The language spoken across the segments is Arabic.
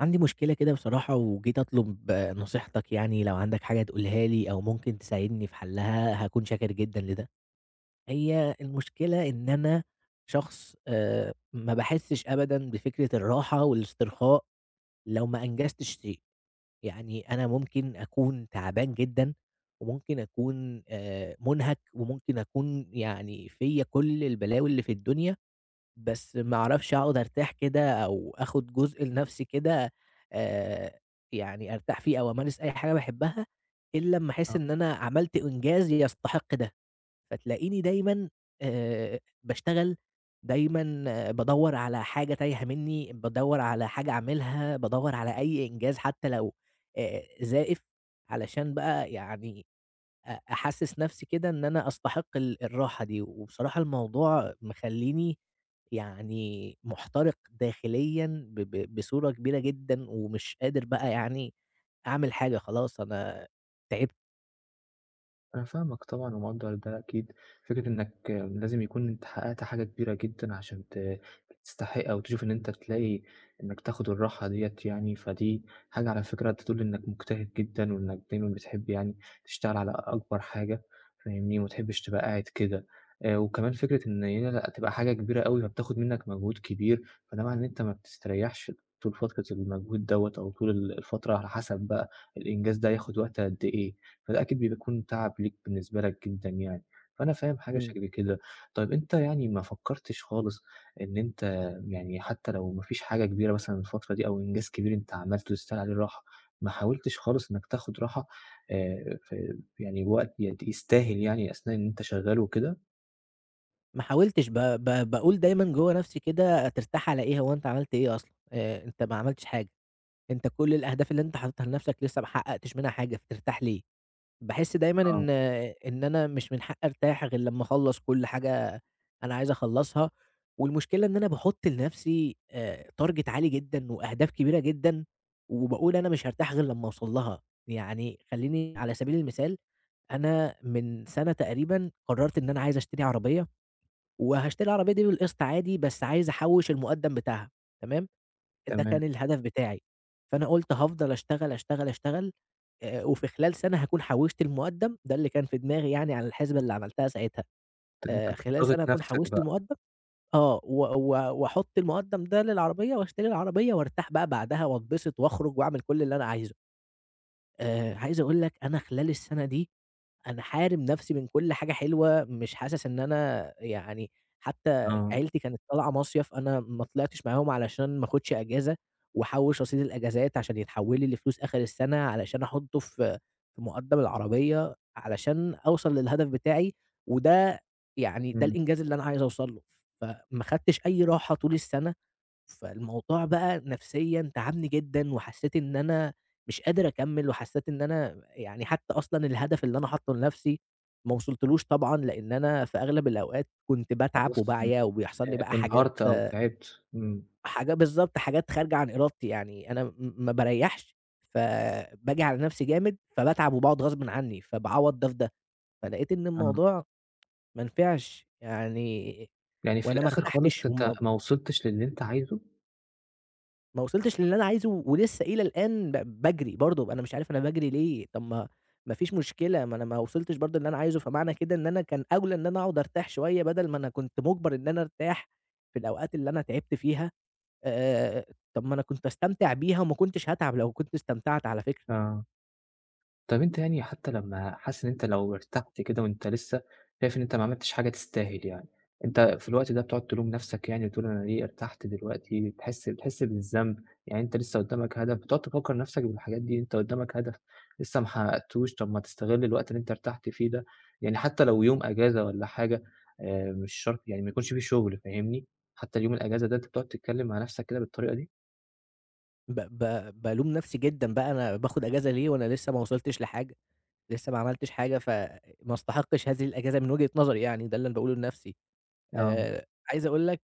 عندي مشكلة كده بصراحة وجيت أطلب نصيحتك يعني لو عندك حاجة تقولها لي أو ممكن تساعدني في حلها هاكون شاكر جدًا لده. هي المشكلة إن أنا شخص ما باحسّش أبدًا بفكرة الراحة والاسترخاء لو ما أنجزتش شيء. يعني أنا ممكن أكون تعبان جدًا وممكن أكون مُنهَك وممكن أكون يعني فيّا كل البلاوي اللي في الدنيا بس ما أعرفش أقعد أرتاح كده أو آخد جزء لنفسي كده آآ يعني أرتاح فيه أو أمارس أي حاجة باحبها، إلّا أمّا أحس آه، إن أنا عملت إنجاز يستحق ده. فتلاقيني دايمًا باشتغل، دايمًا بادوّر على حاجة تايهة منّي، بادوّر على حاجة أعملها، بادوّر على أي إنجاز حتى لو زائف علشان بقى يعني أحسّس نفسي كده إن أنا أستحق الراحة دي. وبصراحة الموضوع مخلّيني يعني مُحترق داخليًا ب ب بصورة كبيرة جدًا، ومش قادر بقى يعني أعمل حاجة. خلاص أنا تعبت. أنا فاهمك طبعًا ومقدّر ده أكيد، فكرة إنّك لازم يكون أنت حقّقت حاجة كبيرة جدًا عشان تستحق أو تشوف إن أنت تلاقي إنّك تاخد الراحة ديّة يعني، فدي حاجة على فكرة تدل إنّك مجتهد جدًا وإنّك دايمًا بتحب يعني تشتغل على أكبر حاجة فاهمني، وما تحبش تبقى قاعد كده. وكمان فكرة إن هي لأ تبقى حاجة كبيرة أوي فبتاخد منّك مجهود كبير، فده معناه إن أنت ما بتستريّحش طول فترة المجهود دوّة أو طول الفترة على حسب بقى الإنجاز ده هياخد وقت قد إيه، فده أكيد بيكون تعب ليك بالنسبة لك جدًا يعني، فأنا فاهم حاجة إمم، شكل كده. طيب أنت يعني ما فكّرتش خالص إن أنت يعني حتّى لو ما فيش حاجة كبيرة مثلًا الفترة دي أو إنجاز كبير أنت عملته تستاهل عليه الراحة، ما حاولتش خالص إنّك تاخد راحة في يعني وقت يستاهل يعني أثناء إن أنت شغّال وكده؟ ما حاولتش. ب ب باقول دايمًا جوّه نفسي كده هترتاح على إيه، هو أنت عملت إيه أصلًا، أنت ما عملتش حاجة، أنت كل الأهداف اللي أنت حاططها لنفسك لسه ما حققتش منها حاجة، فترتاح ليه؟ باحس دايمًا آه، إن أنا مش من حقّي أرتاح غير لمّا أخلّص كل حاجة أنا عايز أخلّصها. والمشكلة إن أنا باحُط لنفسي target عالي جدًا وأهداف كبيرة جدًا، وباقول أنا مش هارتاح غير لمّا أوصل لها. يعني خلّيني على سبيل المثال، أنا من سَنة تقريبًا قرّرت إن أنا عايز أشتري عربية، وهاشتري العربية دي بالقسط عادي، بس عايز أحوّش المُقدّم بتاعها، تمام. ده تمام. كان الهدف بتاعي. فأنا قُلت هافضل أشتغل، أشتغل، أشتغل، وفي خلال سَنة هاكون حوّشت المُقدّم، ده اللي كان في دماغي يعني على الحسبة اللي عملتها ساعتها. طب أنت كنت خلال ضاغط سَنة هاكون نَفْسك حوّشت بقى. المُقدّم، آه، و و وأحُط المُقدّم ده للعربية واشتري العربية وارتاح بقى بعدها واتبسط وأخرج وأعمل كل اللي أنا عايزه. عايز أقول لك، أنا خلال السَنة دي أنا حارم نفسي من كل حاجة حلوة، مش حاسس إن أنا يعني. حتى آه. عيلتي كانت طالعة مصيف، أنا ما طلعتش معاهم علشان ما آخُدش أجازة وأحوِّش رصيد الأجازات عشان يتحوِّل لي لفلوس آخر السَنة علشان أحُطّه في مُقدَّم العربية علشان أوصل للهدف بتاعي، وده يعني ده إمم. الإنجاز اللي أنا عايز أوصل له. فما خدتش أي راحة طول السَنة. فالموضوع بقى نفسيًا تعبني جدًا، وحسيت إن أنا مش قادر أكمّل، وحسيت إن أنا يعني حتى أصلًا الهدف اللي أنا حاطّه لنفسي ما وصلتلوش طبعًا، لإن أنا في أغلب الأوقات كنت باتعب خلاص وباعيا، وبيحصل لي بقى حاجات، انهارت أو تعبت. إمم. حاجة بالضبط، حاجات خارجة عن إرادتي. يعني أنا ما باريّحش، فباجي على نفسي جامد، فباتعب وباقعد غصبٍ عني، فباعوّض ده في ده، فلقيت إن آه. الموضوع ما نفعش يعني، يعني في وأنا ما الآخر خالص ارتحتش أنت وما ما وصلتش للي أنت عايزه؟ ما وصلتش للي أنا عايزه. ولسه إلى الآن باجري برضه. أنا مش عارف أنا باجري ليه؟ طب ما ما فيش مشكلة، ما أنا ما وصلتش برضه للي أنا عايزه، فمعنى كده إن أنا كان أولى إن أنا أقعد أرتاح شوية بدل ما أنا كنت مُجبَر إن أنا أرتاح في الأوقات اللي أنا تعبت فيها. آآ طب ما أنا كنت أستمتع بيها وما كنتش هاتعب لو كنت استمتعت على فكرة. آه. طَب أنت يعني حتى لمّا حاسس إن أنت لو ارتحت كده وأنت لسه شايف إن أنت ما عملتش حاجة تستاهل يعني، أنت في الوقت ده بتقعد تلوم نَفْسك يعني وتقول أنا ليه ارتحت دلوقتي، بتحس بالذنب، يعني أنت لسه قدّامك هدف، بتقعد تفكّر نَفْسك بالحاجات دي، أنت قدّامك هدف لسه ما حققتوش، طَب ما تستغل الوقت اللي أنت ارتحت فيه ده، يعني حتى لو يوم أجازة والّا حاجة مش شرط يعني ما يكونش في شغل فاهمني، حتى اليوم الأجازة ده أنت بتقعد تتكلّم مع نَفْسك كده بالطريقة دي؟ ب ب بالوم نفسي جدًا بقى أنا باخد أجازة ليه وأنا لسه ما وصلتش لحاجة، لسه ما عملتش حاجة، فما أستحقش هذه الأجازة من وجهة نظري يعني، ده اللي أنا باقوله لنفسي. آه، آآ عايز أقول لك،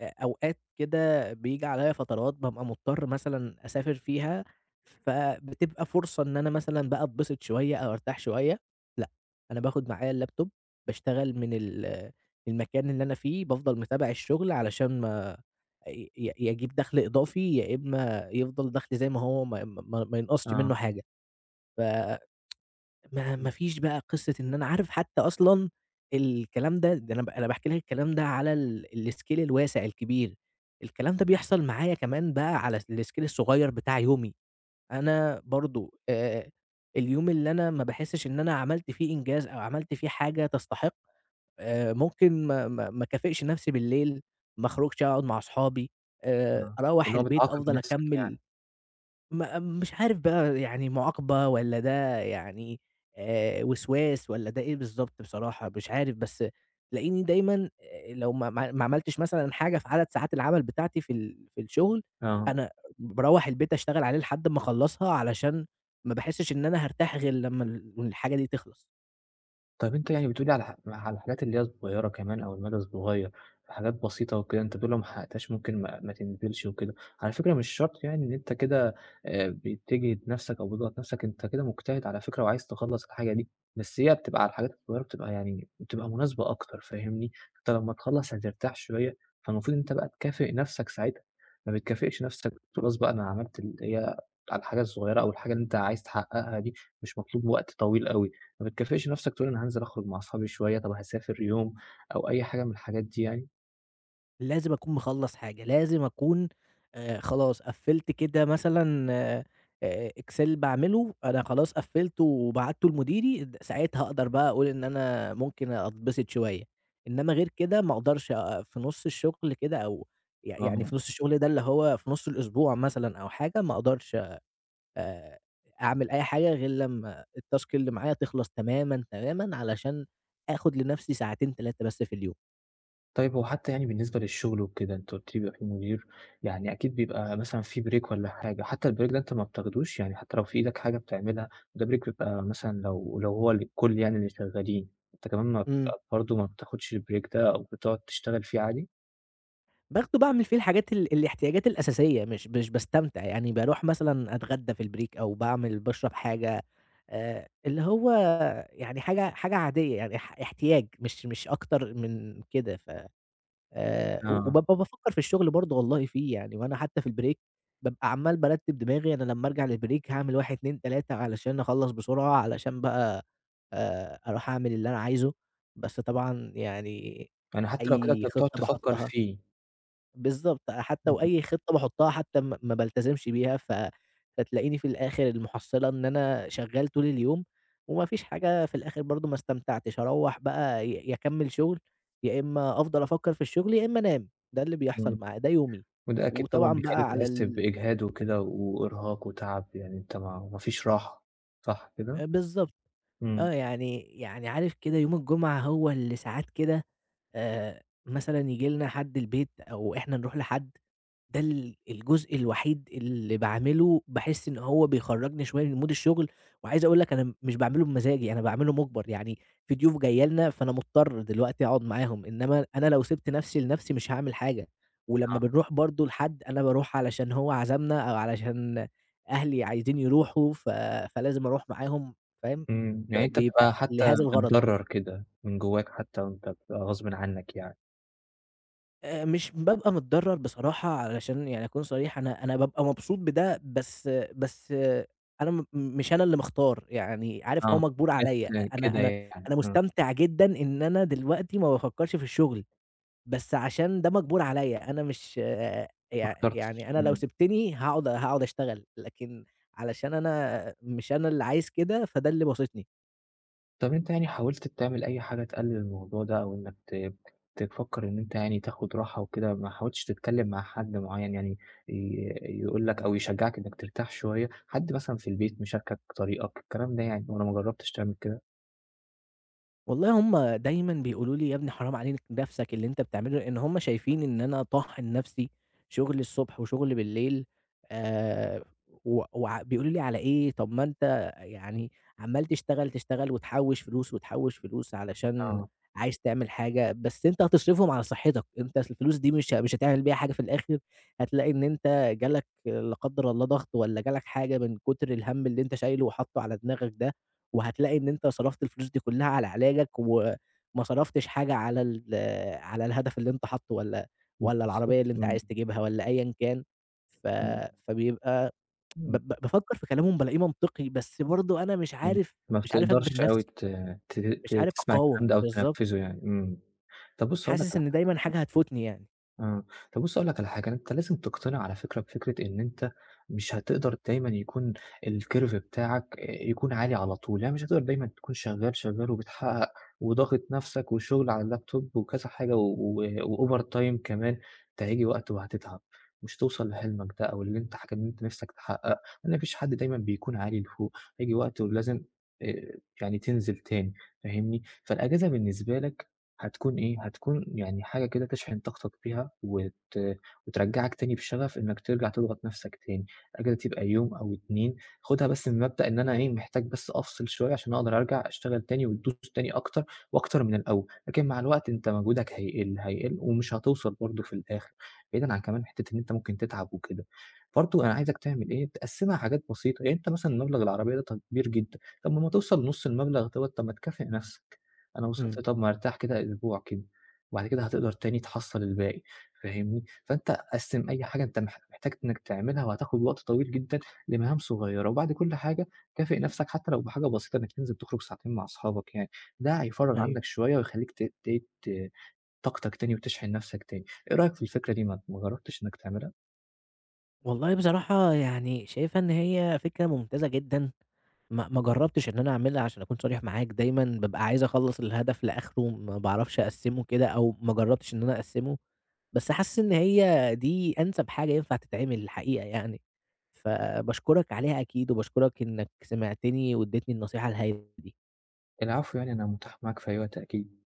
أوقات كده بييجي عليّا فترات بابقى مضطر مثلًا أسافر فيها، فبتبقى فرصة إن أنا مثلًا بقى أتبسط شوية أو أرتاح شوية. لأ، أنا باخد معايا اللابتوب، باشتغل من المكان اللي أنا فيه، بافضل متابع الشغل علشان ما ي ي يا أجيب دخل إضافي، يا إما يفضل دخلي زي ما هو ما ينقصش آه. منه حاجة. ف ما إمم، فيش بقى قصة إن أنا عارف حتى أصلًا الكلام ده. ده أنا أنا باحكي لك الكلام ده على الscale الواسع الكبير، الكلام ده بيحصل معايا كمان بقى على الscale الصغير بتاع يومي. أنا برضه اليوم اللي أنا ما باحسش إن أنا عملت فيه إنجاز أو عملت فيه حاجة تستحق، ممكن ما اكافئش نفسي بالليل، ما اخرجش أقعد مع أصحابي، تمام، أروّح اللي هو البيت بتعاقب أفضل نَفْسك يعني، أكمّل. ما مش عارف بقى يعني مُعاقبة والّا ده يعني وسواس والّا ده إيه بالضبط. بصراحة مش عارف، بس تلاقيني دايمًا لو ما عملتش مثلًا حاجة في عدد ساعات العمل بتاعتي في الشغل، آه. أنا باروّح البيت أشتغل عليه لحد ما أخلّصها علشان ما باحسّش إن أنا هارتاح غير لمّا الحاجة دي تخلص. طيب أنت يعني بتقول لي على على الحاجات اللي هي الصغيّرة كمان أو المدى الصغيّر، حاجات بسيطة وكده أنت بتقول لو ما حققتهاش ممكن ما تنزلش وكده، على فكرة مش شرط يعني إن أنت كده بتجهد نَفْسك أو بتضغط نَفْسك، أنت كده مجتهد على فكرة وعايز تخلّص الحاجة دي، بس هي بتبقى على الحاجات الصغيّرة بتبقى يعني بتبقى مناسبة أكتر فاهمني، أنت لمّا تخلّص هترتاح شوية، فالمفروض إن أنت بقى تكافئ نَفْسك ساعتها، ما بتكافئش نَفْسك خلاص بقى أنا عملت اللي هي على الحاجة الصغيّرة أو الحاجة اللي أنت عايز تحققها دي مش مطلوب وقت طويل أوي. ما بتكافئش نفسك تقول أنا هانزل أخرج مع أصحابي شوية، طب هاسافر يوم أو أي حاجة من الحاجات دي يعني؟ لازم أكون مخلّص حاجة، لازم أكون خلاص قفّلت كده مثلًا Excel باعمله، أنا خلاص قفّلته وبعتّه لمديري، ساعتها أقدر بقى أقول إن أنا ممكن أتبسط شوية، إنّما غير كده ما أقدرش. في نُص الشغل كده أو يعني آه، في نُص الشغل ده اللي هو في نُص الأسبوع مثلًا أو حاجة، ما أقدرش آآ أعمل أي حاجة غير لمّا الtask اللي معايا تخلص تمامًا، تمامًا علشان آخُد لنَفْسي ساعتين 3 بس في اليوم. طيب هو حتى يعني بالنسبة للشغل وكده، أنت قُلت لي بيبقى في مدير، يعني أكيد بيبقى مثلًا في break والّا حاجة، حتى الbreak ده أنت ما بتاخدوش؟ يعني حتى لو في إيدك حاجة بتعملها، ده break بيبقى مثلًا لو هو للكل يعني اللي شغالين، أنت كمان ما إمم. بتبقى برضه ما بتاخدش الbreak ده أو بتقعد تشتغل فيه عادي؟ باخده باعمل فيه الحاجات الاحتياجات الأساسية، مش باستمتع، يعني باروح مثلًا أتغدى في البريك أو باشرب حاجة اللي هو يعني حاجة عادية، يعني احتياج مش أكتر من كده. ف آه، وبابقى بافكّر في الشغل برضه والله فيه يعني، وأنا حتى في البريك بابقى عمّال بارتّب دماغي أنا لمّا أرجع للبريك هاعمل 1، 2، 3 علشان أخلّص بسرعة، علشان بقى أروح أعمل اللي أنا عايزه، بس طبعًا يعني يعني حتى لو كده أي أنت بتقعد خطة تفكر باحطّها. فيه. بالضبط، آه، حتى إمم، وأي خطة باحطها حتى ما بالتزمش بيها. فتلاقيني في الآخر المحصلة إن أنا شغال طول اليوم، وما فيش حاجة في الآخر برضه ما استمتعتش. أروّح بقى يا أكمّل شغل، يا إمّا أفضل أفكّر في الشغل، يا إمّا أنام. ده اللي بيحصل إمم. معايا، ده يومي. وده أكيد طبعًا وطبعًا بقى بيخلّيك على تحس ال بإجهاد وكده وإرهاق وتعب، يعني أنت ما فيش راحة، صح كده؟ بالضبط، إمم، آه يعني عارف كده يوم الجمعة هو اللي ساعات كده مثلًا ييجي لنا حد البيت أو إحنا نروح لحد. ده الجزء الوحيد اللي باعمله باحس إن هو بيخرّجني شوية من mood الشغل. وعايز أقول لك أنا مش باعمله بمزاجي، أنا باعمله مُجبَر، يعني في ضيوف جاية لنا فأنا مضطر دلوقتي أقعد معاهم، إنما أنا لو سِبت نَفْسي لنَفْسي مش هاعمل حاجة. ولمّا آه. بنروح برضه لحد، أنا باروح علشان هو عزمنا أو علشان أهلي عايزين يروحوا فلازم أروح معاهم، فاهم؟ إمم، يعني أنت بيبقى بتبقى حتى لهذا الغرض. متضرّر كده من جواك حتى وأنت بتبقى غصبٍ عنك يعني، مش بابقى متضرّر بصراحة، علشان يعني أكون صريح، أنا بابقى مبسوط بده، بس آه. أنا مش أنا اللي مختار، يعني عارف هو آه، مجبور عليّا. جات أ أنا كده أنا يعني، أنا آه، مستمتع جدًا إن أنا دلوقتي ما بافكّرش في الشغل، بس عشان ده مجبور عليّا، أنا مش. آه، ما يع اخترتش. يعني أنا لو إمم. سِبتني هاقعد أشتغل، لكن علشان أنا مش أنا اللي عايز كده، فده اللي باسطني. طب أنت يعني حاولت تعمل أي حاجة تقلل الموضوع ده أو إنك تفكّر إن أنت يعني تاخد راحة وكده، ما حاولتش تتكلّم مع حد معيّن يعني ي يقول لك أو يشجّعك إنك ترتاح شوية، حد مثلًا في البيت مشاركك طريقك الكلام ده يعني والّا ما جرّبتش تعمل كده؟ والله هُم دايمًا بيقولوا لي: "يا ابني حرام عليك نَفْسك اللي أنت بتعمله." لإن هُم شايفين إن أنا طاحن نَفْسي شغل الصبح وشغل بالليل. آآ و وع بيقولوا لي: "على إيه؟ طَب ما أنت يعني عمّال تشتغل، تشتغل وتحوِّش فلوس، وتحوِّش فلوس علشان آه، عايز تعمل حاجة، بس أنت هتصرفهم على صحّتك، أنت أصل الفلوس دي مش هتعمل بيها حاجة في الآخر، هتلاقي إن أنت جالك لا قدّر الله ضغط والّا جالك حاجة من كتر الهَم اللي أنت شايله وحاطّه على دماغك ده." وهتلاقي إن أنت صرفت الفلوس دي كلها على علاجك، وما صرفتش حاجة على الهدف اللي أنت حاطّه والّا العربية بالضبط، اللي أنت إمم، عايز تجيبها والّا أيًا كان. ف إمم، فبيبقى ب إمم، ب بافكّر في كلامهم بالاقيه منطقي، بس برضه أنا مش إمم، عارف ما مش عارف أجبر بتقدرش أوي ت نفسي، ت مش ت عارف تسمع الكلام أقاوم، ده أو بالضبط. تنفّذه يعني، إمم. طب بُص هاقول لك حاسس على إن حاجة دايمًا حاجة هتفوتني يعني. آه. طب بُص هاقول لك على حاجة، أنت لازم تقتنع على فكرة بفكرة إن أنت مش هتقدر دايمًا يكون الcurve بتاعك يكون عالي على طول، يعني مش هتقدر دايمًا تكون شغّال، شغّال وبتحقق وضاغط نَفْسك وشغل على اللابتوب وكذا حاجة و وover time كمان، أنت هييجي وقت وهتتعب، مش هتوصل لحلمك ده أو اللي أنت حاجة اللي أنت نِفْسك تحققها، لإن ما فيش حد دايمًا بيكون عالي لفوق، هييجي وقت ولازم يعني تنزل تاني، فاهمني؟ فالأجازة بالنسبة لك هتكون إيه، هتكون يعني حاجة كده تشحن طاقتك بيها وترجّعك تاني بشغف إنّك ترجع تضغط نَفْسك تاني، أجل تبقى يوم أو 2 خُدها بس من مبدأ إن أنا إيه، محتاج بس أفصل شوية عشان أقدر أرجع أشتغل تاني وتدوس تاني أكتر وأكتر من الأول، لكن مع الوقت أنت مجهودك هيقِل، هيقِل ومش هتوصل برضه في الآخر، بعيدًا عن كمان حتّة إن أنت ممكن تتعب وكده. برضه أنا عايزك تعمل إيه، تقسّمها حاجات بسيطة، يعني أنت مثلًا مبلغ العربية ده كبير جدًا، طَب ما أمّا توصل لنُص المبلغ دوّة طَب ما تكافئ نَفْسك. أنا وصلت إمم، طب ما ارتاح كده أسبوع كده، وبعد كده هتقدر تاني تحصّل الباقي فاهمني؟ فأنت قسّم أي حاجة أنت محتاج إنك تعملها وهتاخد وقت طويل جدًا لمهام صغيّرة، وبعد كل حاجة كافئ نَفْسك حتى لو بحاجة بسيطة إنك تنزل تخرج ساعتين مع أصحابك يعني، ده هيفرّغ أيوه. عنك شوية ويخلّيك ت ت ت طاقتك تاني وتشحن نَفْسك تاني، إيه رأيك في الفكرة دي ما جرّبتش إنك تعملها؟ والله بصراحة يعني شايفها إن هي فكرة ممتازة جدًا. ما جرّبتش إن أنا أعملها عشان أكون صريح معاك، دايمًا بابقى عايز أخلّص الهدف لآخره، ما باعرفش أقسّمه كده أو ما جرّبتش إن أنا أقسّمه، بس حاسس إن هي دي أنسب حاجة ينفع تتعمل الحقيقة يعني. فباشكرك عليها أكيد وباشكرك إنك سمعتني وادّيتني النصيحة الهايلة دي. العفو يعني أنا متاح معاك في أي وقت أكيد.